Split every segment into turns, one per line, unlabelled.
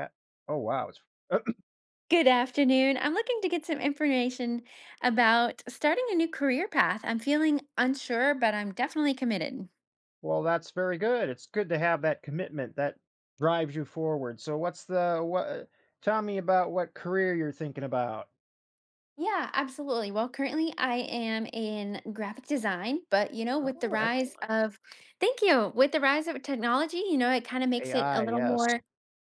Uh, Oh wow. It's,
Good afternoon. I'm looking to get some information about starting a new career path. I'm feeling unsure, but I'm definitely committed.
well, that's very good. It's good to have that commitment that drives you forward. So what's the what tell me about what career you're thinking about?
Yeah, absolutely. Well, currently I am in graphic design, but with the
Oh,
rise
excellent.
of, thank you, with the rise of technology, it kind of makes it a
AI,
little
yes.
more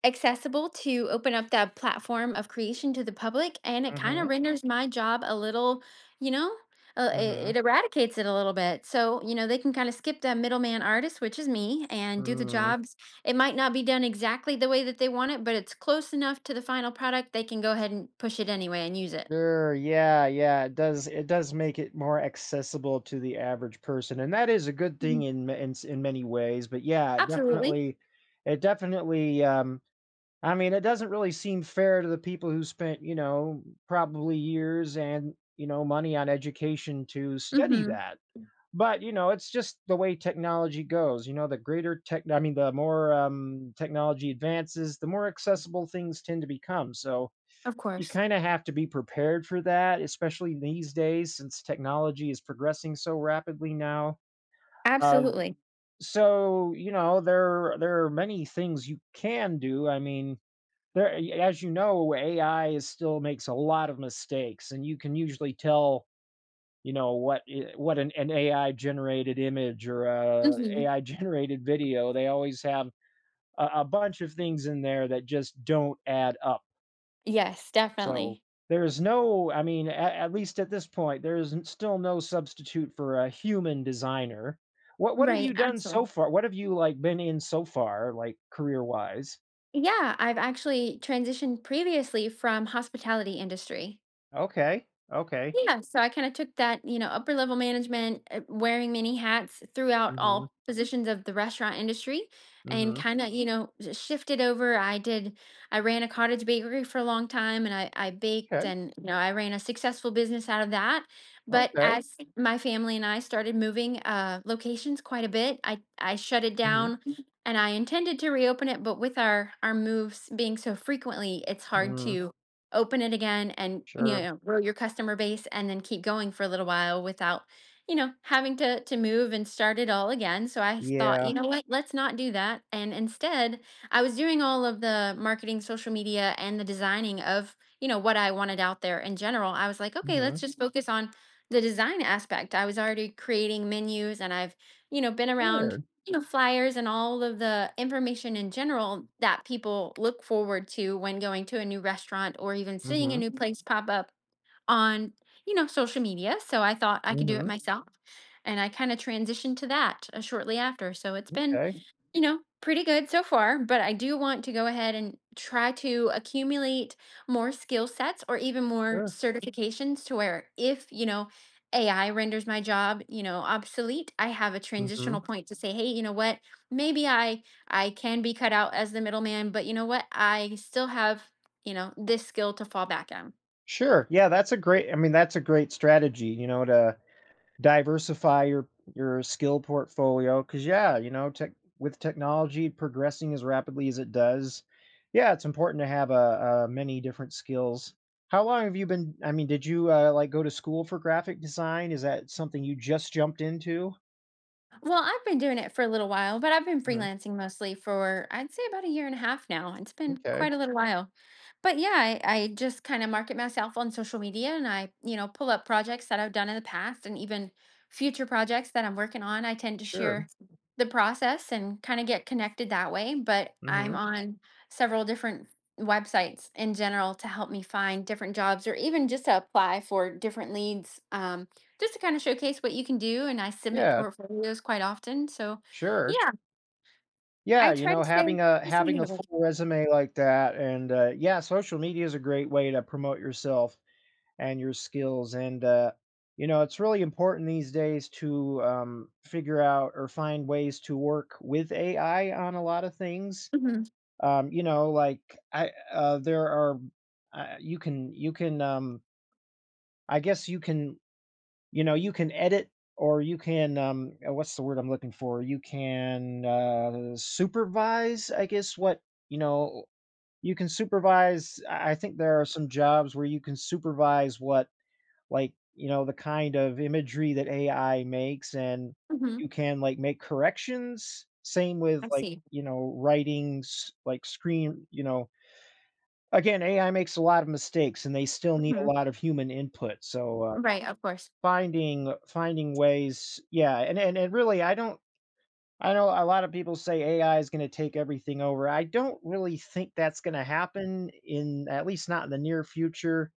accessible to open up that platform of creation to the public, and it kind
Mm-hmm.
of renders my job a little, you know uh, it,
Mm-hmm.
it eradicates it a little bit. So they can kind of skip that middleman artist, which is me, and do the
Mm,
jobs. It might not be done exactly the way that they want it, but it's close enough to the final product they can go ahead and push it anyway and use it.
sure. Yeah, yeah. It does make it more accessible to the average person. And that is a good
Mhm.
thing in many ways, but yeah,
Absolutely.
it definitely I mean, it doesn't really seem fair to the people who spent, probably years and, money on education to study
Mm-hmm.
that. But, you know, it's just the way technology goes. You know, the greater tech, I mean, the more technology advances, the more accessible things tend to become. So
Of
you
course.
kind of have to be prepared for that, especially these days since technology is progressing so rapidly now. Um,
Absolutely.
so you know, there are many things you can do. I mean, there as you know, AI is still makes a lot of mistakes, and you can usually tell, you know, what an AI-generated image or a
Hmm.
AI-generated video, they always have a bunch of things in there that just don't add up.
Yes,
So,
definitely.
there is no I mean, at least at this point, there is n still no substitute for a human designer. What have
Right,
you done
absolutely.
so far? What have you, like, been in so far, like, career-wise?
Yeah, I've actually transitioned previously from hospitality industry.
Okay, okay.
Yeah, so I kind of took that, upper level management, wearing many hats throughout
Mhm,
all positions of the restaurant industry and
mhm,
kind of, shifted over. I did, I ran a cottage bakery for a long time, and I baked
'kay.
and, I ran a successful business out of that. But
Okay.
as my family and I started moving, locations quite a bit, I shut it
Mhm.
down. Mhm. And I intended to reopen it. But with our moves being so frequently, it's hard
Mm,
to open it again and
sure.
grow your customer base and then keep going for a little while without having to move and start it all again. So I thought,
Yeah.
what, let's not do that, and instead I was doing all of the marketing, social media, and the designing of what I wanted out there in general. I was like, okay, let's
Mhm.
just focus on the design aspect. I was already creating menus and I've been around,
Sure.
flyers and all of the information in general that people look forward to when going to a new restaurant or even seeing a
Mhm.
new place pop up on, social media. So I thought I could do it
Mhm.
myself. And I kind of transitioned to that shortly after. So it's been,
Okay.
pretty good so far. But I do want to go ahead and try to accumulate more skill sets or even more
Sure.
certifications, to where if, AI renders my job, obsolete, I have a transitional
Mhm.
point to say, hey, what? Maybe I can be cut out as the middleman, but what? I still have, this skill to fall back on.
Sure. Yeah, that's a great I mean, that's a great strategy, you know, to diversify your skill portfolio. Cause yeah, you know, tech with technology progressing as rapidly as it does, yeah, it's important to have, a many different skills. How long have you been I mean, did you, like, go to school for graphic design? Is that something you just jumped into?
Well, I've been doing it for a little while, but I've been
Mhm.
freelancing mostly for, I'd say, about a year and a half now. It's been
Okay.
quite a little while. But yeah, I just kind of market myself on social media, and I, pull up projects that I've done in the past and even future projects that I'm working on. I tend to
Sure.
share the process and kind of get connected that way. But I'm
Mhm.
on several different websites in general to help me find different jobs or even just to apply for different leads. Just to kind of showcase what you can do, and I submit
Yeah,
portfolios quite often, so,
sure.
yeah, I
Yeah, you
try to
know,
stay.
having a full resume like that and, yeah, social media is a great way to promote yourself and your skills, and, you know, it's really important these days to, figure out or find ways to work with AI on a lot of things.
Mhm,
You know, like, I there are, you can, I guess you can You know, you can edit or you can, what's the word I'm looking for? You can supervise, I guess, what, you know, you can supervise. I think there are some jobs where you can supervise what, like, you know, the kind of imagery that AI makes and
mhm.
you can like make corrections. Same with
I
like,
see.
you know, writings, like screen, you know, again, AI makes a lot of mistakes and they still need a
Mhm.
lot of human input. So,
Right, of course.
finding ways yeah, and really, I don't I know a lot of people say AI is gonna take everything over. I don't really think that's gonna happen in at least not in the near future.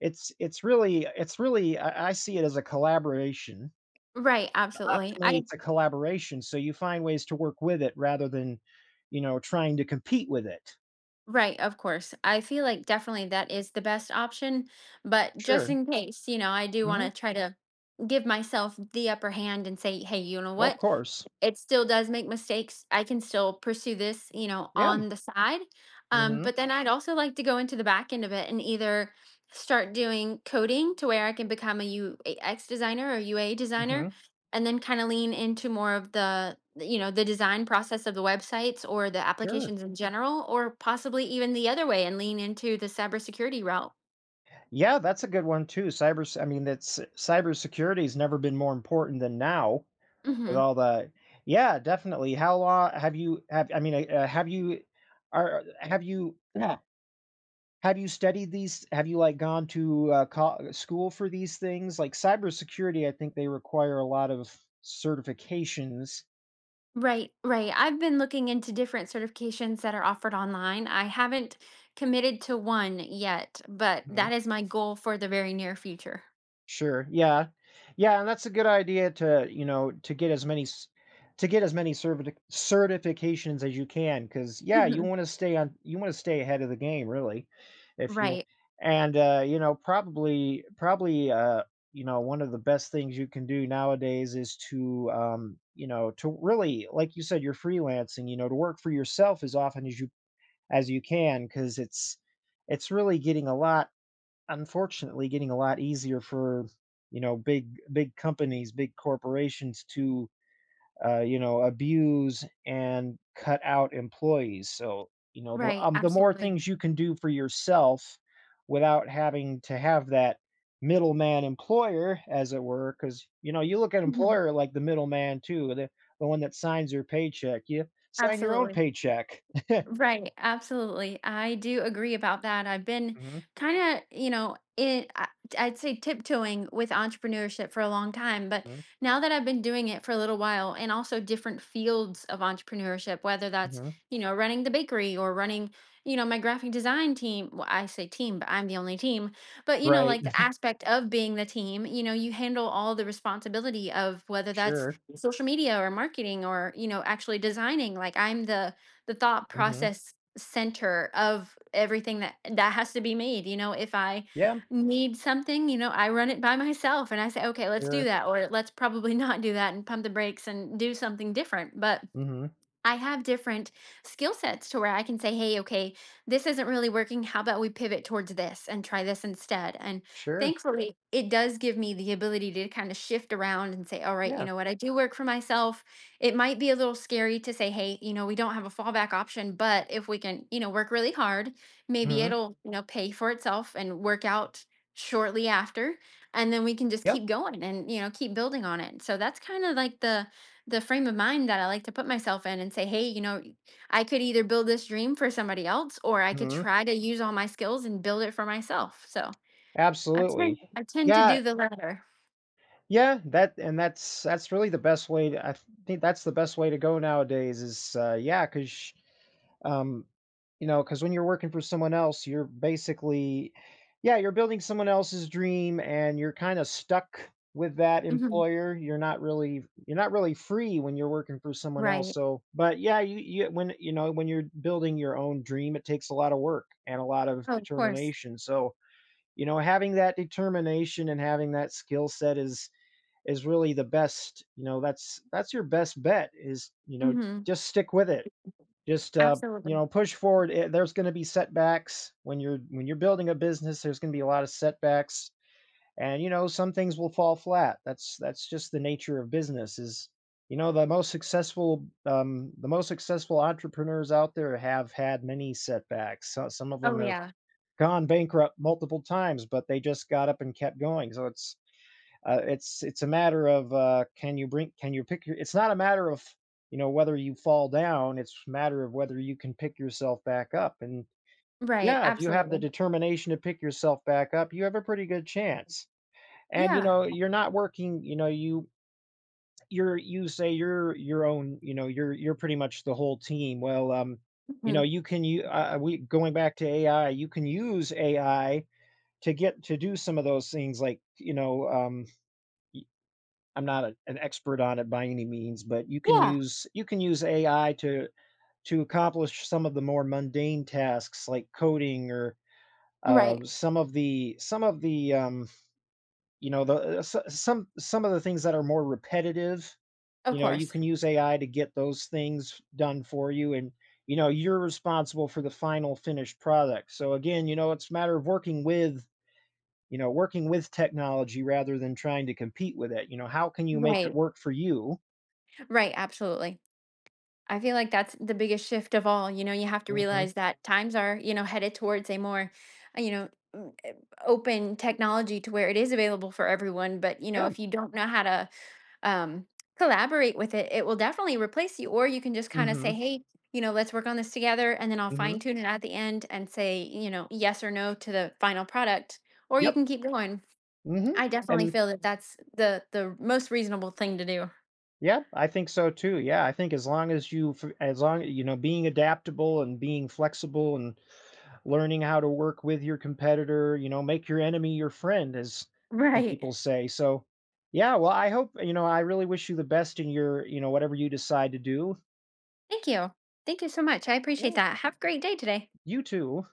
It's really I see it as a collaboration.
Right, absolutely.
Optimally,
I
it's a collaboration, so you find ways to work with it rather than, you know, trying to compete with it.
right, of course, I feel like definitely that is the best option, but just
Sure.
in case, I do
Mhm.
wanna try to give myself the upper hand and say, "Hey,
Of
what?
course.
It still does make mistakes. I can still pursue this,
Yeah.
on the side.
Mhm.
But then I'd also like to go into the back end of it and either start doing coding, to where I can become a UX designer or UA designer,
Mhm.
and then kind of lean into more of the, the design process of the websites or the
Sure.
applications in general, or possibly even the other way and lean into the cybersecurity route.
Yeah, that's a good one too. I mean, that's cybersecurity has never been more important than now with
Mhm.
all the. Yeah, definitely. How long have you have? I mean, are have you yeah, have you studied these? Have you like gone to school for these things? Like cybersecurity, I think they require a lot of certifications.
Right, right. I've been looking into different certifications that are offered online. I haven't committed to one yet, but that is my goal for the very near future.
Sure. Yeah. Yeah, and that's a good idea to, you know, to get as many certifications as you can because yeah,
Mhm.
you wanna stay ahead of the game, really, if you
Right,
and, you know, probably, you know, one of the best things you can do nowadays is to, you know, to really like you said, you're freelancing, you know, to work for yourself as often as you can because it's really getting a lot unfortunately getting a lot easier for you know big companies big corporations to you know abuse and cut out employees so you know
right.
the more
Absolutely.
things you can do for yourself without having to have that middleman employer as it were because you know you look at employer
Mhm.
like the middleman too the one that signs your paycheck you sign your own
Absolutely.
paycheck.
Right, absolutely. I do agree about that. I've been
Hmm.
kind of, you know, it, I- I'd say tiptoeing with entrepreneurship for a long time, but
Hmm.
now that I've been doing it for a little while, and also different fields of entrepreneurship, whether that's,
Hmm.
running the bakery or running, my graphic design team. Well, I say team, but I'm the only team. But,
Right.
like the aspect of being the team, you handle all the responsibility of whether that's
Sure.
social media or marketing or, actually designing. Like I'm the thought
Hmm.
process center of everything that has to be made. If I
Yeah.
need something, I run it by myself and I say, okay, let's do
Sure.
that, or let's probably not do that and pump the brakes and do something different. But
Hmm.
I have different skill sets to where I can say, hey, okay, this isn't really working. How about we pivot towards this and try this instead? And
Sure.
thankfully, it does give me the ability to kind of shift around and say, all right,
Yeah.
what, I do work for myself. It might be a little scary to say, hey, we don't have a fallback option, but if we can, work really hard, maybe
Mhm.
it'll, pay for itself and work out shortly after. And then we can just
Yep.
keep going and, keep building on it. So that's kind of like the frame of mind that I like to put myself in and say, hey, I could either build this dream for somebody else, or I could
Mhm.
try to use all my skills and build it for myself. So
Absolutely.
I tend to
Yeah.
do the latter.
Yeah. That and that's really the best way to I think that's the best way to go nowadays is, yeah, because. Um, you know because when you're working for someone else, you're basically yeah, you're building someone else's dream and you're kinda stuck with that
Hmm.
employer. You're not really free when you're working for someone else.
Right.
So, but yeah, you when you know, when you're building your own dream, it takes a lot of work and a lot of
Oh, of course.
determination. So, you know, having that determination and having that skill set is really the best, you know, that's your best bet is, you know,
Hmm.
just stick with it just you
Absolutely.
know push forward. There's going to be setbacks when you're building a business there's going to be a lot of setbacks and you know some things will fall flat that's just the nature of business is you know the most successful entrepreneurs out there have had many setbacks so, some of
Oh
them have
yeah.
gone bankrupt multiple times but they just got up and kept going so it's it's a matter of can you pick your, it's not a matter of you know whether you fall down it's a matter of whether you can pick yourself back up and
Right.
yeah if you have the
Absolutely.
determination to pick yourself back up you have a pretty good chance and you
Yeah.
know you're not working you know you you're you say you're your own you know you're pretty much the whole team well you
Hmm.
know you can you we going back to AI you can use AI to do some of those things like you know I'm not a, an expert on it by any means, but
Yeah.
you can use AI to accomplish some of the more mundane tasks like coding or
Right.
some of the you know the s- some of the things that are more repetitive.
Of
You know, you
course.
can use AI to get those things done for you, and you know you're responsible for the final finished product. So again, you know, it's a matter of working with you know working with technology rather than trying to compete with it you know how can you make it
Right.
work for you.
Right. Absolutely. I feel like that's the biggest shift of all. You know, you have to
Mhm.
realize that times are, headed towards a more, uh, you know, mm, eh, open technology, to where it is available for everyone. But,
Yeah.
if you don't know how to um, collaborate with it, it will definitely replace you. Or you can just kind of say,
Mhm.
hey, let's work on this together. And then I'll fine
Mhm.
tune it at the end and say, yes or no to the final product. Or you
Yep.
can keep going.
Mm. Mhm.
I definitely
And
feel that that's the most reasonable thing to do.
Yeah, I think so too. Yeah, I think as long as as long you know, being adaptable and being flexible and learning how to work with your competitor, you know, make your enemy your friend, as some
Right.
people say. So, yeah. Well, I hope you know. I really wish you the best in your, you know, whatever you decide to do.
Thank you. Thank you so much. I appreciate
Yeah.
that. Have a great day today.
You too.